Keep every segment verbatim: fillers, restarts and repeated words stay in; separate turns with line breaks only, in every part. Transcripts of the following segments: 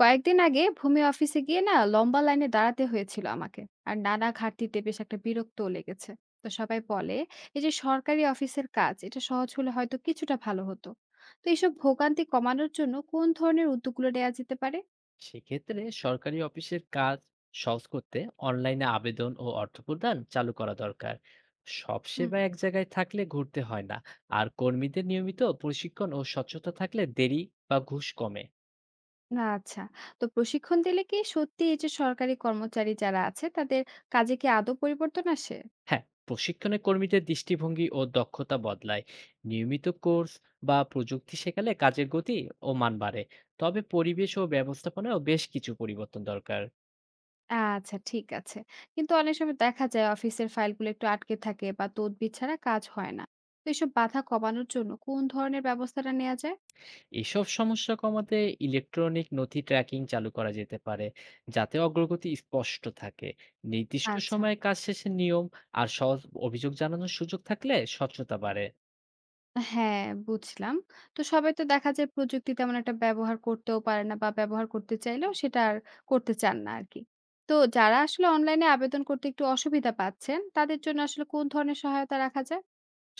কয়েকদিন আগে ভূমি অফিসে গিয়ে না লম্বা লাইনে দাঁড়াতে হয়েছিল আমাকে। আর নানা ঘাটতিতে বেশ একটা বিরক্তও লেগেছে। তো সবাই বলে এই যে সরকারি অফিসের কাজ এটা সহজ হলে হয়তো কিছুটা ভালো হতো। তো এইসব ভোগান্তি কমানোর জন্য কোন ধরনের উদ্যোগগুলো নেওয়া যেতে পারে?
সেক্ষেত্রে সরকারি অফিসের কাজ সহজ করতে অনলাইনে আবেদন ও অর্থ প্রদান চালু করা দরকার। সব
হুম।
সেবা এক জায়গায় থাকলে ঘুরতে হয় না। আর কর্মীদের নিয়মিত প্রশিক্ষণ ও স্বচ্ছতা থাকলে দেরি বা ঘুষ কমে।
না, আচ্ছা। তো প্রশিক্ষণ দিলে কি সত্যি এই যে সরকারি কর্মচারী যারা আছে তাদের কাজে কি আদৌ পরিবর্তন আসে?
হ্যাঁ, প্রশিক্ষণে কর্মীদের দৃষ্টিভঙ্গি ও দক্ষতা বদলায়। নিয়মিত কোর্স বা প্রযুক্তি শেখালে কাজের গতি ও মান বাড়ে। তবে পরিবেশ ও ব্যবস্থাপনায়ও বেশ কিছু পরিবর্তন দরকার।
আচ্ছা, ঠিক আছে। কিন্তু অনেক সময় দেখা যায় অফিসের ফাইলগুলো একটু আটকে থাকে বা তদবির ছাড়া কাজ হয় না। তো এসব বাধা কমানোর জন্য কোন ধরনের ব্যবস্থাটা নেওয়া যায়?
এসব সমস্যা কমাতে ইলেকট্রনিক নথি ট্র্যাকিং চালু করা যেতে পারে, যাতে অগ্রগতি স্পষ্ট থাকে। নির্দিষ্ট
আচ্ছা।
সময়ে কাজ শেষের নিয়ম আর সহজ অভিযোগ জানানোর সুযোগ থাকলে স্বচ্ছতা বাড়ে।
হ্যাঁ, বুঝলাম। তো সবাই তো দেখা যায় প্রযুক্তি তেমন একটা ব্যবহার করতেও পারে না বা ব্যবহার করতে চাইলেও সেটা আর করতে চান না আরকি। তো যারা আসলে অনলাইনে আবেদন করতে একটু অসুবিধা পাচ্ছেন, তাদের জন্য আসলে কোন ধরনের সহায়তা রাখা যায়?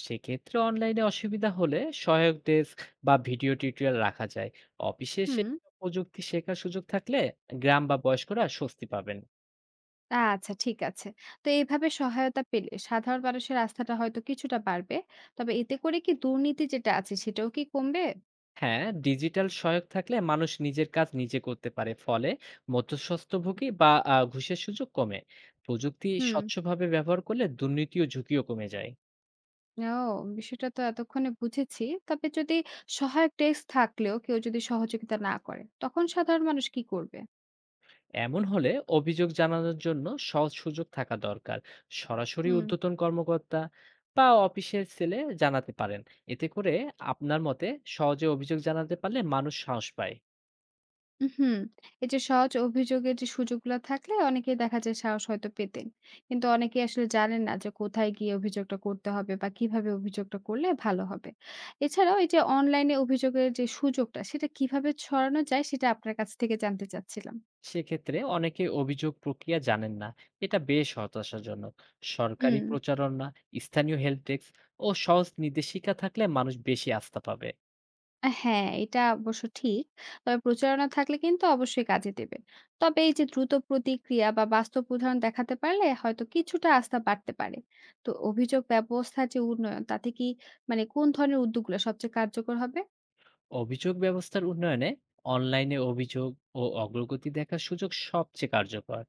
সেক্ষেত্রে অনলাইনে অসুবিধা হলে সহায়ক ডেস্ক বা ভিডিও টিউটোরিয়াল রাখা যায়। অফিসে এসে
হুম।
প্রযুক্তি শেখার সুযোগ থাকলে গ্রাম বা বয়স্করা স্বস্তি পাবেন।
আচ্ছা, ঠিক আছে। তো এইভাবে সহায়তা পেলে সাধারণ মানুষের আস্থাটা হয়তো কিছুটা বাড়বে। তবে এতে করে কি দুর্নীতি যেটা আছে সেটাও কি কমবে?
হ্যাঁ, ডিজিটাল সহায়ক থাকলে মানুষ নিজের কাজ নিজে করতে পারে, ফলে মধ্যস্বত্বভোগী বা আহ, ঘুষের সুযোগ কমে। প্রযুক্তি
হুম।
স্বচ্ছভাবে ব্যবহার করলে দুর্নীতি ও ঝুঁকিও কমে যায়।
ও, বিষয়টা তো এতক্ষণে বুঝেছি। তবে যদি সহায়ক ডেস্ক থাকলেও কেউ যদি সহযোগিতা না করে তখন সাধারণ মানুষ কি করবে?
এমন হলে অভিযোগ জানানোর জন্য সহজ সুযোগ থাকা দরকার। সরাসরি
হুম।
ঊর্ধ্বতন কর্মকর্তা বা অফিসের সেলে জানাতে পারেন। এতে করে আপনার মতে সহজে অভিযোগ জানাতে পারলে মানুষ সাহস পায়।
হুম, এই যে সহজ অভিযোগের যে সুযোগগুলো থাকলে অনেকেই দেখা যায় সাহস হয়তো পেতেন। কিন্তু অনেকেই আসলে জানেন না যে কোথায় গিয়ে অভিযোগটা করতে হবে বা কিভাবে অভিযোগটা করলে ভালো হবে। এছাড়াও এই যে অনলাইনে অভিযোগের যে সুযোগটা সেটা কিভাবে ছড়ানো যায় সেটা আপনার কাছ থেকে জানতে চাচ্ছিলাম।
সেক্ষেত্রে অনেকে অভিযোগ প্রক্রিয়া জানেন না, এটা বেশ হতাশাজনক। সরকারি
হুম।
প্রচারণা, স্থানীয় হেল্প ডেস্ক ও সহজ নির্দেশিকা থাকলে মানুষ বেশি আস্থা পাবে।
আ হ্যাঁ, এটা অবশ্য ঠিক। তবে প্রচারণা থাকলে কিন্তু অবশ্যই কাজে দেবে। তবে এই যে দ্রুত প্রতিক্রিয়া বা বাস্তব উদাহরণ দেখাতে পারলে হয়তো কিছুটা আস্থা বাড়তে পারে। তো অভিযোগ ব্যবস্থার যে উন্নয়ন তাতে কি, মানে কোন ধরনের উদ্যোগগুলো সবচেয়ে কার্যকর হবে?
অভিযোগ ব্যবস্থার উন্নয়নে অনলাইনে অভিযোগ ও অগ্রগতি দেখার সুযোগ সবচেয়ে কার্যকর।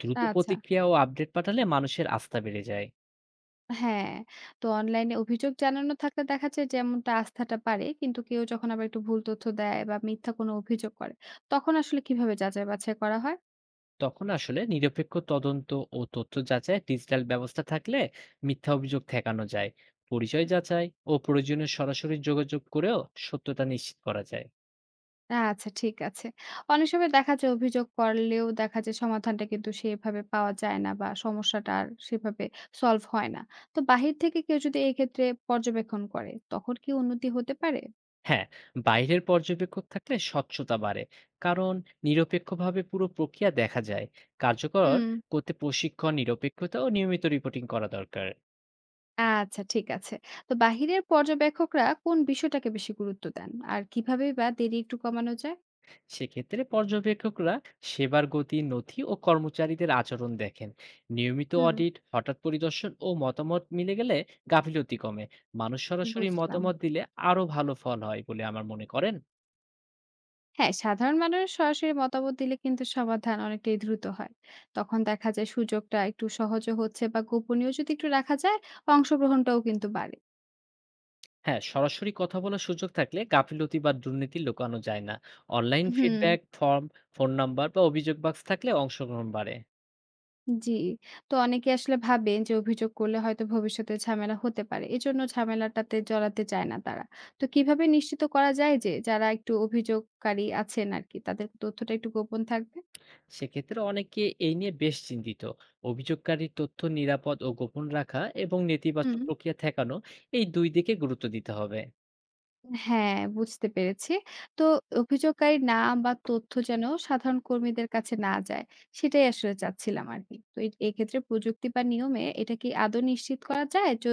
দ্রুত
আচ্ছা।
প্রতিক্রিয়া ও আপডেট পাঠালে মানুষের আস্থা বেড়ে যায়।
হ্যাঁ, তো অনলাইনে অভিযোগ জানানো থাকলে দেখা যায় যেমনটা আস্থাটা বাড়ে। কিন্তু কেউ যখন আবার একটু ভুল তথ্য দেয় বা মিথ্যা কোনো অভিযোগ করে, তখন আসলে কিভাবে যাচাই বাছাই করা হয়?
তখন আসলে নিরপেক্ষ তদন্ত ও তথ্য যাচাই ডিজিটাল ব্যবস্থা থাকলে মিথ্যা অভিযোগ ঠেকানো যায়। পরিচয় যাচাই ও প্রয়োজনে সরাসরি যোগাযোগ করেও সত্যতা নিশ্চিত করা যায়।
আচ্ছা, ঠিক আছে। অনেক সময় দেখা যায় অভিযোগ করলেও দেখা যায় সমাধানটা কিন্তু সেভাবে পাওয়া যায় না বা সমস্যাটা আর সেভাবে সলভ হয় না। তো বাহির থেকে কেউ যদি এই ক্ষেত্রে পর্যবেক্ষণ করে তখন কি উন্নতি হতে পারে?
হ্যাঁ, বাইরের পর্যবেক্ষক থাকলে স্বচ্ছতা বাড়ে, কারণ নিরপেক্ষভাবে পুরো প্রক্রিয়া দেখা যায়। কার্যকর
হুম।
করতে প্রশিক্ষণ, নিরপেক্ষতা ও নিয়মিত রিপোর্টিং করা দরকার।
আচ্ছা, ঠিক আছে। তো বাহিরের পর্যবেক্ষকরা কোন বিষয়টাকে বেশি গুরুত্ব দেন আর কিভাবেই বা দেরি একটু কমানো যায়?
সেক্ষেত্রে পর্যবেক্ষকরা সেবার গতি, নথি ও কর্মচারীদের আচরণ দেখেন। নিয়মিত
হুম।
অডিট, হঠাৎ পরিদর্শন ও মতামত মিলে গেলে গাফিলতি কমে। মানুষ সরাসরি
বুঝলাম।
মতামত দিলে আরো ভালো ফল হয় বলে আমার মনে করেন।
হ্যাঁ, সাধারণ মানুষ সরাসরি মতামত দিলে কিন্তু সমাধান অনেকটাই দ্রুত হয়। তখন দেখা যায় সুযোগটা একটু সহজও হচ্ছে বা গোপনীয় যদি একটু রাখা যায়, অংশগ্রহণটাও কিন্তু বাড়ে।
হ্যাঁ, সরাসরি কথা বলার সুযোগ থাকলে গাফিলতি বা দুর্নীতি লুকানো যায় না। অনলাইন
হুম,
ফিডব্যাক ফর্ম, ফোন নাম্বার বা অভিযোগ বাক্স থাকলে অংশগ্রহণ বাড়ে।
জি। তো অনেকে আসলে ভাবেন যে অভিযোগ করলে হয়তো ভবিষ্যতে ঝামেলা হতে পারে। এজন্য ঝামেলাটাতে জড়াতে চায় না তারা। তো কিভাবে নিশ্চিত করা যায় যে যারা একটু অভিযোগকারী আছেন আরকি তাদের তথ্যটা একটু গোপন থাকবে?
সেক্ষেত্রে অনেকে এই নিয়ে বেশ চিন্তিত। অভিযোগকারীর তথ্য নিরাপদ ও গোপন রাখা এবং নেতিবাচক
হুম।
প্রক্রিয়া ঠেকানো, এই দুই দিকে গুরুত্ব দিতে হবে।
হ্যাঁ, বুঝতে পেরেছি। তো অভিযোগকারীর নাম বা তথ্য যেন সাধারণ কর্মীদের কাছে না যায়, সেটাই আসলে চাচ্ছিলাম আরকি। তো এ এক্ষেত্রে প্রযুক্তি বা নিয়মে এটা কি আদৌ নিশ্চিত করা যায়? য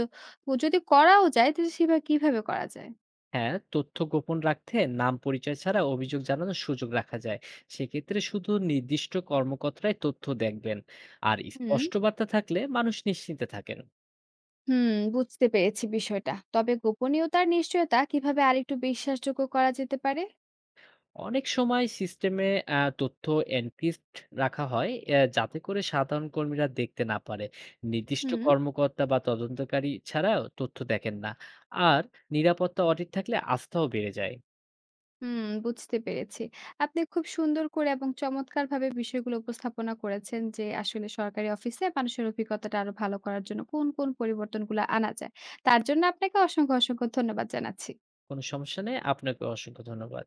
যদি করাও যায় তাহলে সেভাবে কিভাবে করা যায়?
হ্যাঁ, তথ্য গোপন রাখতে নাম পরিচয় ছাড়া অভিযোগ জানানোর সুযোগ রাখা যায়। সেক্ষেত্রে শুধু নির্দিষ্ট কর্মকর্তাই তথ্য দেখবেন। আর
হুম।
স্পষ্ট বার্তা থাকলে মানুষ নিশ্চিন্তে থাকেন।
হুম, বুঝতে পেরেছি বিষয়টা। তবে গোপনীয়তার নিশ্চয়তা কিভাবে আরেকটু বিশ্বাসযোগ্য করা যেতে পারে?
অনেক সময় সিস্টেমে আ তথ্য এনক্রিপ্ট রাখা হয় অ্যা যাতে করে সাধারণ কর্মীরা দেখতে না পারে। নির্দিষ্ট
হুম।
কর্মকর্তা বা তদন্তকারী ছাড়াও তথ্য দেখেন না। আর নিরাপত্তা অডিট থাকলে আস্থাও বেড়ে যায়।
হুম, বুঝতে পেরেছি। আপনি খুব সুন্দর করে এবং চমৎকারভাবে বিষয়গুলো উপস্থাপনা করেছেন যে, আসলে সরকারি অফিসে মানুষের অভিজ্ঞতাটা আরো ভালো করার জন্য কোন, কোন পরিবর্তনগুলো আনা যায়। তার জন্য আপনাকে অসংখ্য, অসংখ্য ধন্যবাদ জানাচ্ছি।
কোনো সমস্যা নেই। আপনাকে অসংখ্য ধন্যবাদ।